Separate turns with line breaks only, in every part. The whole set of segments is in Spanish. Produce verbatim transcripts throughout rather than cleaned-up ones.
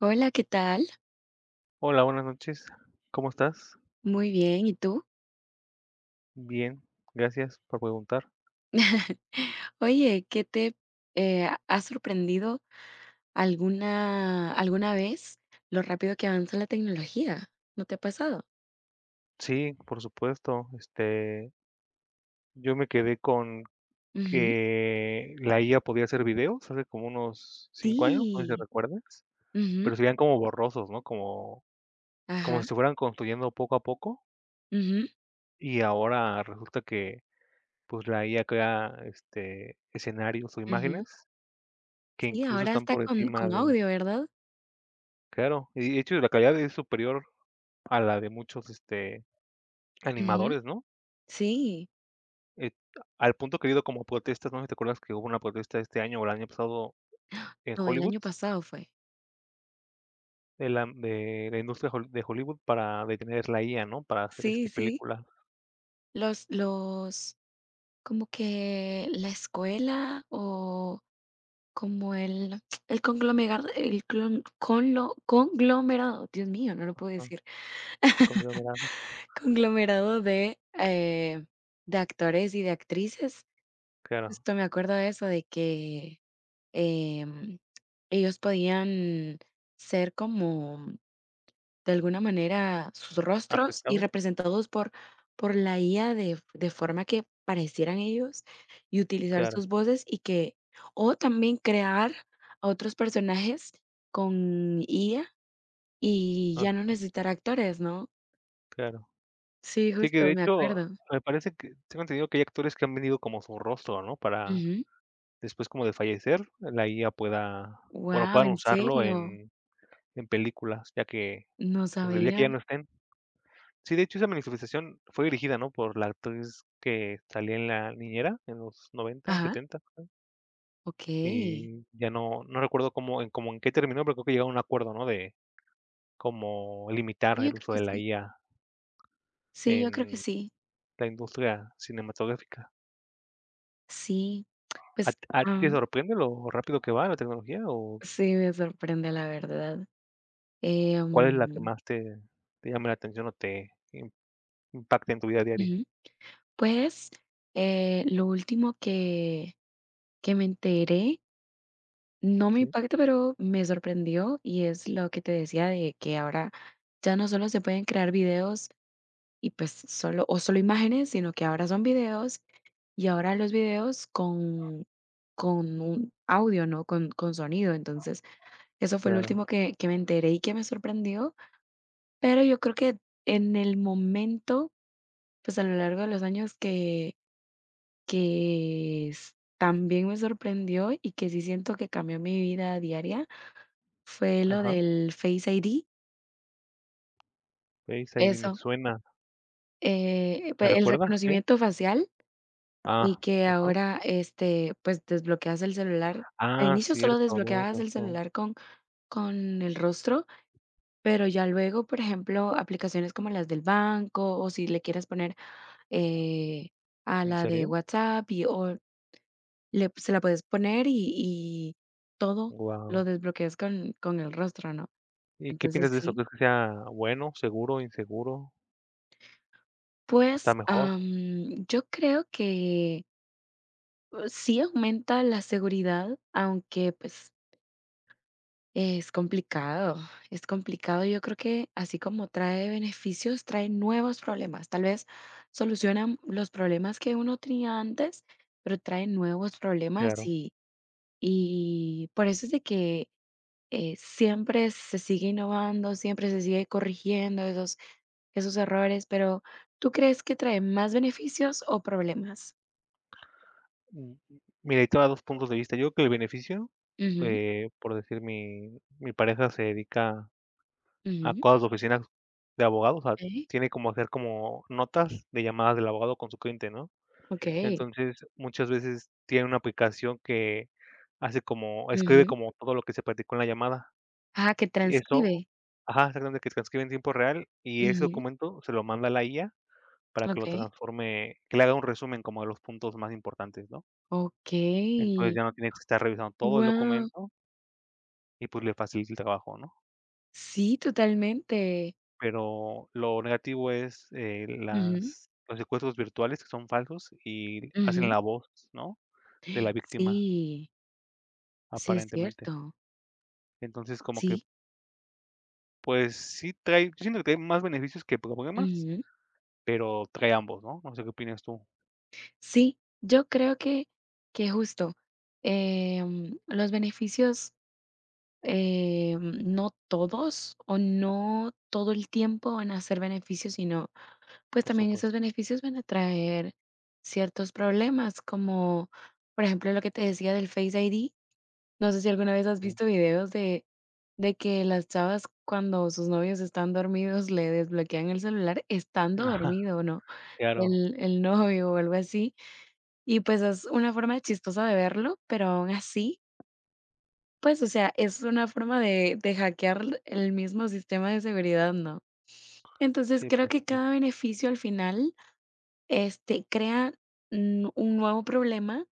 Hola, ¿qué tal?
Hola, buenas noches. ¿Cómo estás?
Muy bien, ¿y tú?
Bien, gracias por preguntar.
Oye, ¿qué te eh, ha sorprendido alguna alguna vez lo rápido que avanza la tecnología? ¿No te ha pasado?
Sí, por supuesto. Este, yo me quedé con
Ujú.
que la I A podía hacer videos hace como unos cinco años, no sé si
Sí.
recuerdas,
Ujú.
pero se veían como borrosos, ¿no? Como como
Ajá.
si se fueran construyendo poco a poco,
Ujú,
y ahora resulta que, pues, la I A crea, este, escenarios o
ujú.
imágenes que
Sí,
incluso
ahora
están
está
por
con
encima
con
de
audio, ¿verdad?
claro, y de hecho la calidad es superior a la de muchos, este,
Ujú.
animadores, ¿no?
Sí.
Eh, Al punto que ha habido como protestas, no sé si te acuerdas que hubo una protesta este año o el año pasado en
No, el
Hollywood,
año pasado fue.
de la de la industria hol de Hollywood para detener la I A, ¿no? Para hacer,
Sí,
este,
sí.
película.
Los los Como que la escuela o como el el conglomerado, el clon conlo conglomerado, Dios mío, no lo puedo
¿No?
decir,
Conglomerado,
conglomerado de, eh, de actores y de actrices.
claro,
Justo me acuerdo de eso, de que, em, ellos podían ser como de alguna manera sus rostros y
afectado,
representados por, por la I A de, de forma que parecieran ellos y utilizar
claro,
sus voces y que, o también crear a otros personajes con I A y
ah,
ya no necesitar actores, ¿no?
claro.
Sí,
Sí, que de
justo, me
hecho,
acuerdo.
me parece que tengo entendido que hay actores que han vendido como su rostro, ¿no? Para
Wow.
después como de fallecer, la I A pueda, bueno, puedan
¿En
usarlo
serio?
en en películas, ya que,
No
pues, el día que
sabía.
ya no estén. Sí, de hecho, esa manifestación fue dirigida, ¿no?, por la actriz que salía en La Niñera en los noventa,
Ajá,
setenta,
ok.
y ya no no recuerdo cómo en cómo en qué terminó, pero creo que llegaron a un acuerdo, ¿no?, de cómo limitar
Sí, yo
el
creo
uso
que
de la
sí.
I A
Sí, yo creo que
en
sí.
la industria cinematográfica.
Sí,
¿A
pues,
t a ti te
am,
sorprende lo rápido que va la tecnología, o
sí me sorprende la verdad.
cuál es la que
Em,
más te te llama la atención o te im impacta en tu vida diaria?
ujú, pues, eh, lo último que que me enteré, no me
Sí,
impacta, pero me sorprendió, y es lo que te decía de que ahora ya no solo se pueden crear videos y, pues, solo o solo imágenes, sino que ahora son videos, y ahora los videos con con un audio, ¿no? Con con sonido. Entonces, eso fue lo
claro.
último que que me enteré y que me sorprendió, pero yo creo que en el momento, pues, a lo largo de los años que que s también me sorprendió y que sí siento que cambió mi vida diaria, fue lo
Ajá.
del Face I D,
Face I D me
eso,
suena.
eh,
¿Me
pue el
recuerdas qué?
reconocimiento facial
Ah,
y que
ajá.
ahora, este, pues, desbloqueas el celular. Al
Ah,
inicio solo
cierto, tienes
desbloqueabas el
razón.
celular con con el rostro, pero ya luego, por ejemplo, aplicaciones como las del banco o si le quieres poner, eh, a
¿En
la de
serio?
WhatsApp y o le pues, se la puedes poner y y todo lo
Guau.
desbloqueas con con el rostro, ¿no?
¿Y qué
Entonces
piensas de eso?
sí.
¿Crees que sea bueno, seguro, inseguro? ¿Está
Pues,
mejor?
am, yo creo que, uh, sí aumenta la seguridad, aunque, pues, es complicado, es complicado. Yo creo que así como trae beneficios, trae nuevos problemas. Tal vez solucionan los problemas que uno tenía antes, pero trae nuevos problemas
Claro.
y y por eso es de que eh, siempre se sigue innovando, siempre se sigue corrigiendo esos, esos errores, pero ¿tú crees que trae más beneficios o problemas?
Mm, Mira, ahí te va dos puntos de vista. Yo creo que el beneficio,
Ujú,
eh, por decir, mi mi pareja se dedica a
ujú,
cosas de oficinas de abogados, o sea,
okey,
tiene como hacer como notas de llamadas del abogado con su cliente, ¿no?
okey,
Entonces, muchas veces tiene una aplicación que hace como escribe
ujú.
como todo lo que se platicó en la llamada.
Ah, que
Eso,
transcribe.
ajá, exactamente, que transcribe en tiempo real, y ese
Ujú,
documento se lo manda a la I A para que lo
okey,
transforme, que le haga un resumen como de los puntos más importantes, ¿no? Entonces,
okey,
ya no tienes que estar revisando todo el
guau.
documento y, pues, le facilita el trabajo, ¿no?
Sí, totalmente.
Pero lo negativo es, eh,
Ujú,
las los secuestros virtuales que son falsos y hacen
ujú.
la voz, ¿no?, de la víctima,
Sí, sí es
aparentemente.
cierto.
Entonces, como que,
Sí,
pues, sí trae, yo siento que trae más beneficios que problemas,
ujú.
pero trae ambos, ¿no? No sé qué opinas tú,
Sí, yo creo que que justo, em, los beneficios, eh, no todos o no todo el tiempo van a ser beneficios, sino pues
por
también esos
supuesto.
beneficios van a traer ciertos problemas, como por ejemplo lo que te decía del Face I D. No sé si alguna vez has visto videos de, de que las chavas cuando sus novios están dormidos le desbloquean el celular estando
Ajá,
dormido o no,
claro.
el, el novio o algo así. Y pues es una forma chistosa de verlo, pero aún así pues, o sea, es una forma de de hackear el mismo sistema de seguridad, ¿no? Entonces,
Sí,
creo
por
que
supuesto,
cada beneficio al final, este, crea, mm, un nuevo problema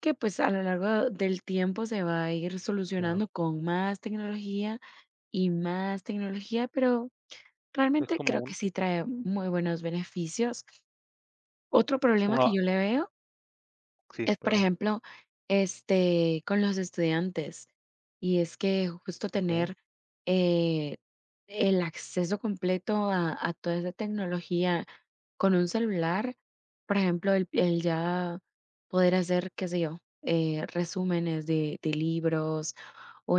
que, pues, a lo largo del tiempo se va a ir
claro.
solucionando con más tecnología y más tecnología, pero
Es
realmente
como
creo que
un,
sí trae muy buenos beneficios. Otro
es
problema
como
que
una,
yo le veo
sí,
es, por
perdón.
ejemplo, este, con los estudiantes, y es que justo
Okey,
tener, eh, el acceso completo a a toda esa tecnología con un celular, por ejemplo, el el ya poder hacer, qué sé yo, eh, resúmenes de de libros o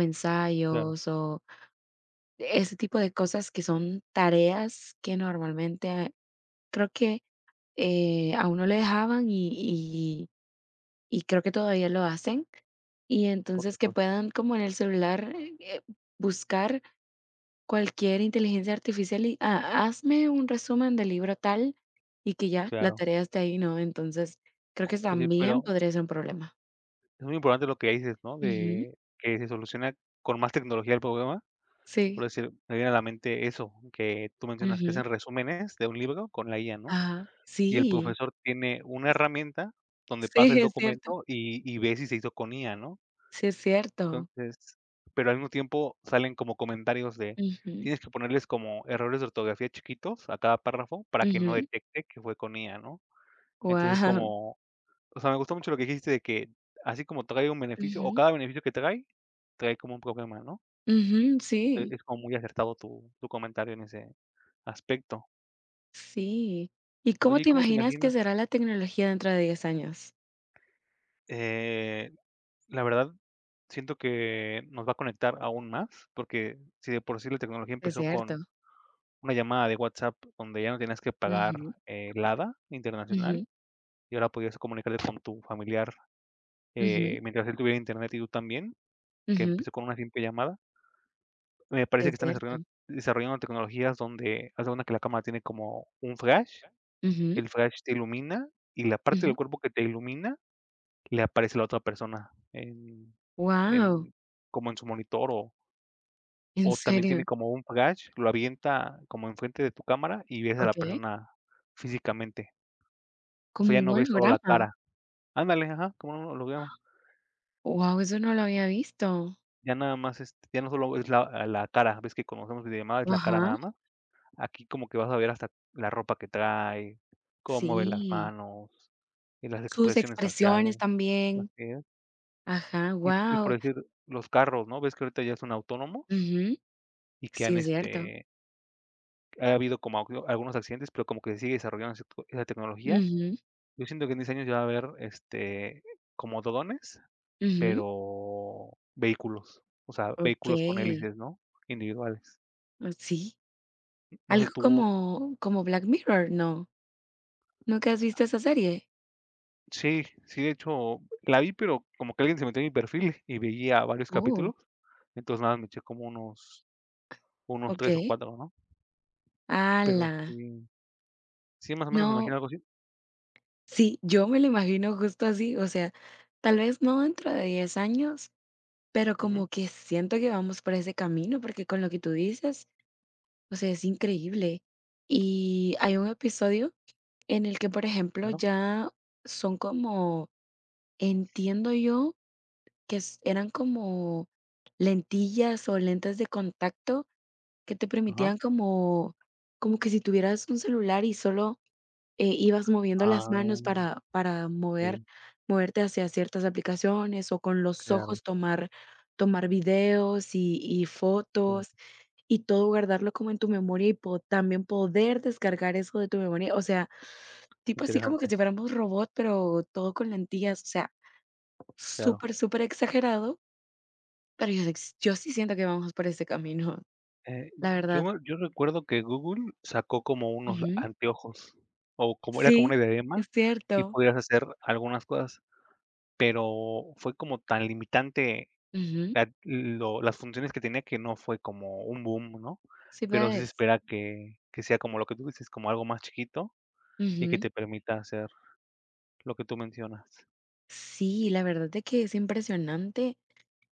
claro,
ensayos o ese tipo de cosas que son tareas que normalmente eh, creo que, eh, a uno le dejaban y y y creo que todavía lo hacen. Y
por
entonces que
supuesto,
puedan como en el celular, eh, eh, buscar cualquier inteligencia artificial y: "Ah, hazme un resumen del libro tal", y que ya la
claro.
tarea esté ahí, ¿no? Entonces, creo
O
que
oye, pero
también podría ser un problema.
es muy importante lo que dices, ¿no?
Ujú.
De que se soluciona con más tecnología el problema. Por
Sí.
decir, me viene a la mente eso que tú mencionas, que
Ujú.
hacen resúmenes de un libro con la I A, ¿no?
Ajá.
Y el
Sí.
profesor tiene una herramienta donde pasa
Sí,
el
es cierto.
documento y y ve si se hizo con I A, ¿no?
Sí, es cierto.
Entonces, pero al mismo tiempo salen como comentarios de,
Ujú.
tienes que ponerles como errores de ortografía chiquitos a cada párrafo para que no
Ujú.
detecte que fue con I A, ¿no? Entonces,
Guau.
como, o sea, me gustó mucho lo que dijiste de que, así como trae un beneficio, o
Ujú.
cada beneficio que trae, trae como un problema, ¿no?
Ujú,
E-
sí.
Es como muy acertado tu, tu comentario en ese aspecto.
Sí. ¿Y cómo
Oye, ¿y
te
¿cómo te
imaginas que
imaginas?
será la tecnología dentro de diez años?
Eh, la verdad, siento que nos va a conectar aún más, porque si de por sí la tecnología
Es
empezó
cierto.
con una llamada de WhatsApp donde ya no tenías que pagar,
Ujú,
eh, LADA internacional,
ujú,
y ahora podías comunicarte con tu familiar,
ujú,
eh, mientras él tuviera internet y tú también, que
ujú,
empezó con una simple llamada. Me parece
es
que están
cierto.
desarrollando desarrollando tecnologías donde hace una que la cámara tiene como un flash,
Ujú,
el flash te ilumina y la parte
ujú.
del cuerpo que te ilumina le aparece a la otra persona en
Guau,
en como en su monitor, o
¿en
o también
serio?
tiene como un flash, lo avienta como enfrente de tu cámara y ves a la
Okey.
persona físicamente. O
Como
sea, ya
un
no ves solo la
holograma.
cara. Ándale, ajá, como un holograma.
Wow, eso no lo había visto.
Ya nada más, este, ya no solo es la la cara, ves que conocemos videollamada, es la cara
Ajá,
nada más. Aquí como que vas a ver hasta la ropa que trae, cómo mueve las
sí.
manos, y las
Sus
expresiones
expresiones
faciales,
también.
así es.
Ajá,
Y y por
wow.
decir, los carros, ¿no? Ves que ahorita ya son autónomos
Ujú,
y que
sí,
han,
es cierto.
este, ha habido como algu algunos accidentes, pero como que se sigue desarrollando ese esa tecnología.
Ujú,
Yo siento que en diez años ya va a haber, este, como dodones,
ujú,
pero vehículos, o sea, vehículos con
okey.
hélices, ¿no? Individuales.
Mm, sí.
No sé,
Algo
tú,
como como Black Mirror, ¿no? ¿Nunca has visto esa serie?
sí, sí, de hecho, la vi, pero como que alguien se metió en mi perfil y veía varios
Oh,
capítulos, entonces nada, me eché como unos unos tres o
okey.
cuatro, ¿no? Pero
¡Hala!
sí, sí, más o menos me
No.
imagino algo así.
Sí, yo me lo imagino justo así, o sea, tal vez no dentro de diez años, pero
Ujú,
como que siento que vamos por ese camino, porque con lo que tú dices, o sea, es increíble. Y hay un episodio en el que, por ejemplo,
claro,
ya son como, entiendo yo, que es- eran como lentillas o lentes de contacto que te
ajá.
permitían como, como que si tuvieras un celular y solo eh, ibas moviendo las
Ah,
manos para para mover
sí,
moverte hacia ciertas aplicaciones, o con los
claro,
ojos tomar tomar videos y y
claro,
fotos, y todo guardarlo como en tu memoria, y po también poder descargar eso de tu memoria, o sea, tipo así como que
interesante,
si fuéramos robot, pero todo con lentillas, o sea,
claro.
súper, súper exagerado, pero yo s yo sí siento que vamos por ese camino,
Eh,
la
yo
verdad.
me- yo recuerdo que Google sacó como unos
Ujú.
anteojos, o como era como
Sí,
una diadema,
es
y
cierto.
podías hacer algunas cosas, pero fue como tan limitante
Ujú.
la lo las funciones que tenía, que no fue como un boom, ¿no?
Sí,
Pero sí se
ves.
espera que que sea como lo que tú dices, como algo más chiquito y que te permita hacer lo que tú mencionas,
Sí, la verdad es que es impresionante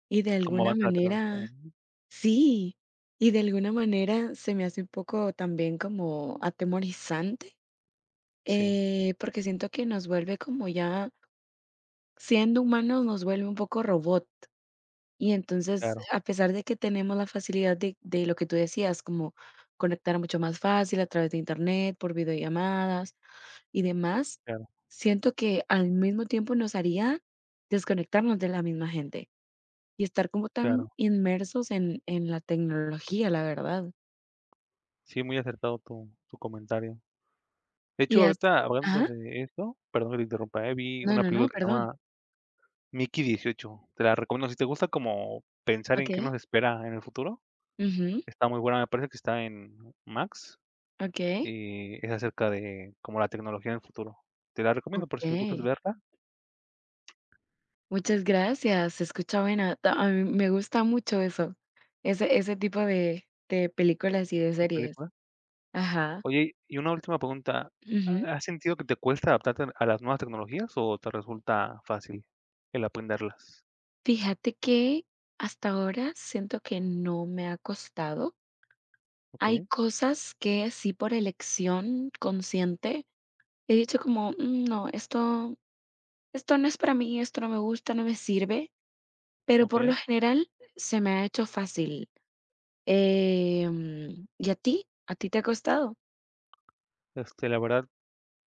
y de
como
alguna
avanza la tecnología,
manera
¿no?
sí, y de alguna manera se me hace un poco también como atemorizante,
Sí,
eh, porque siento que nos vuelve como ya siendo humanos nos vuelve un poco robot. Y entonces,
claro,
a pesar de que tenemos la facilidad de, de lo que tú decías, como conectar mucho más fácil a través de internet, por videollamadas y demás,
claro,
siento que al mismo tiempo nos haría desconectarnos de la misma gente y estar como tan
claro.
inmersos en en la tecnología, la verdad.
Sí, muy acertado tu tu comentario. De
Y
hecho,
has
ahorita hablando
ajá,
de eso, perdón que te interrumpa, eh, vi
no,
una
no,
película
no,
que se
perdón.
llama Mickey dieciocho. Te la recomiendo. Si te gusta como pensar en qué
Okey.
nos espera en el futuro,
Ujú,
está muy buena. Me parece que está en Max
okey,
y es acerca de como la tecnología en el futuro. Te la recomiendo por si te gustas
okey.
verla,
Muchas gracias, se escucha buena. Ta a mí me gusta mucho eso, ese ese tipo de de películas y de
la
series.
película.
Ajá,
Oye, y una última pregunta.
ujú.
¿Ha- ¿Has sentido que te cuesta adaptarte a las nuevas tecnologías, o te resulta fácil el aprenderlas?
Fíjate que hasta ahora siento que no me ha costado.
Ok,
Hay cosas que sí por elección consciente he dicho como: "Mm, no, esto esto no es para mí, esto no me gusta, no me sirve", pero por lo
ok.
general se me ha hecho fácil. Em, ¿y a ti? ¿A ti te ha costado?
Este, la verdad,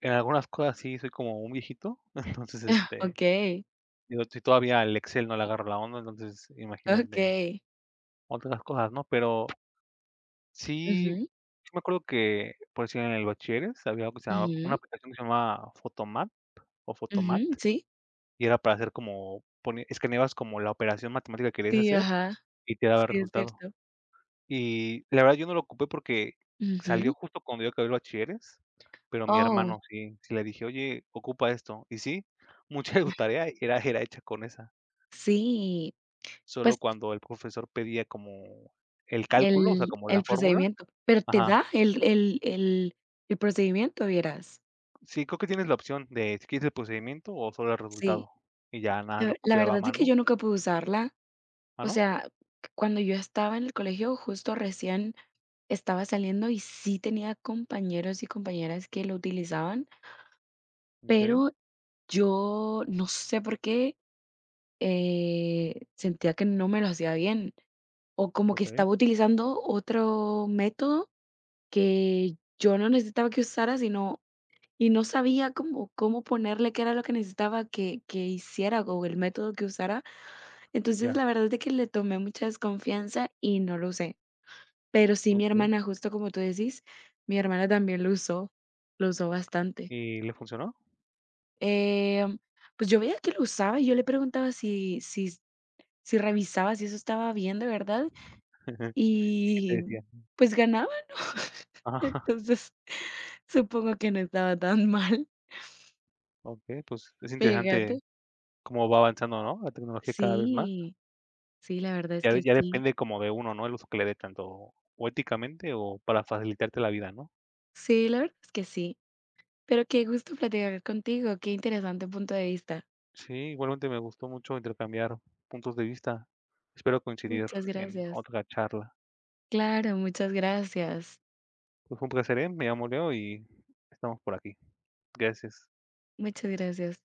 en algunas cosas sí soy como un viejito, entonces, este,
Okey,
digo, si todavía el Excel no le agarro la onda, entonces imagínate
okey.
otras cosas, ¿no? Pero sí,
Ujú,
sí me acuerdo que, por decir, en el bachilleres había algo que se llamaba, una
ujú,
aplicación que se llamaba Photomat o Photomat,
ujú, sí,
y era para hacer como pone, escaneabas como la operación matemática que querías
sí,
hacer
ajá,
y te daba el
sí, es
resultado.
cierto.
Y la verdad yo no lo ocupé porque salió
Ujú.
justo cuando yo acabé el bachilleres, pero mi
Oh,
hermano sí, sí le dije: "Oye, ocupa esto". Y sí, mucha de su tarea era era hecha con esa,
sí, pues
solo cuando el profesor pedía como el cálculo, o sea,
el
como
el
la fórmula,
procedimiento, pero te
ajá.
da el el el el procedimiento, vieras.
Sí, creo que tienes la opción de si quieres el procedimiento o solo el
Sí,
resultado, y ya nada, lo
la la
copiaba a
verdad es que
mano.
yo nunca pude usarla.
¿Ah,
O
no?
sea, cuando yo estaba en el colegio, justo recién estaba saliendo y sí tenía compañeros y compañeras que lo utilizaban,
¿En serio?
pero yo no sé por qué eh, sentía que no me lo hacía bien o como que
Okey,
estaba utilizando otro método que yo no necesitaba que usara, sino y no sabía cómo, cómo ponerle qué era lo que necesitaba que, que hiciera o el método que usara. Entonces,
ya,
la verdad es de que le tomé mucha desconfianza y no lo usé. Pero sí, mi
ok.
hermana, justo como tú decís, mi hermana también lo usó, lo usó bastante.
¿Y le funcionó?
Em, pues yo veía que lo usaba y yo le preguntaba si si si revisaba si eso estaba bien de verdad
¿Qué te
y,
decía?
pues, ganaba, ¿no?
Ajá,
Entonces, supongo que no estaba tan mal,
ok, pues es
fíjate.
interesante. Cómo va avanzando, ¿no? La tecnología cada vez más.
Sí, sí, la verdad es
Ya
que
de- ya
sí.
depende como de uno, ¿no? El uso que le dé, tanto o éticamente o para facilitarte la vida, ¿no?
Sí, la verdad es que sí. Pero qué gusto platicar contigo, qué interesante punto de vista.
Sí, igualmente me gustó mucho intercambiar puntos de vista. Espero coincidir
Muchas
en
gracias.
otra charla.
Claro, muchas gracias.
Pues fue un placer, ¿eh? Me llamo Leo y estamos por aquí. Gracias.
Muchas gracias.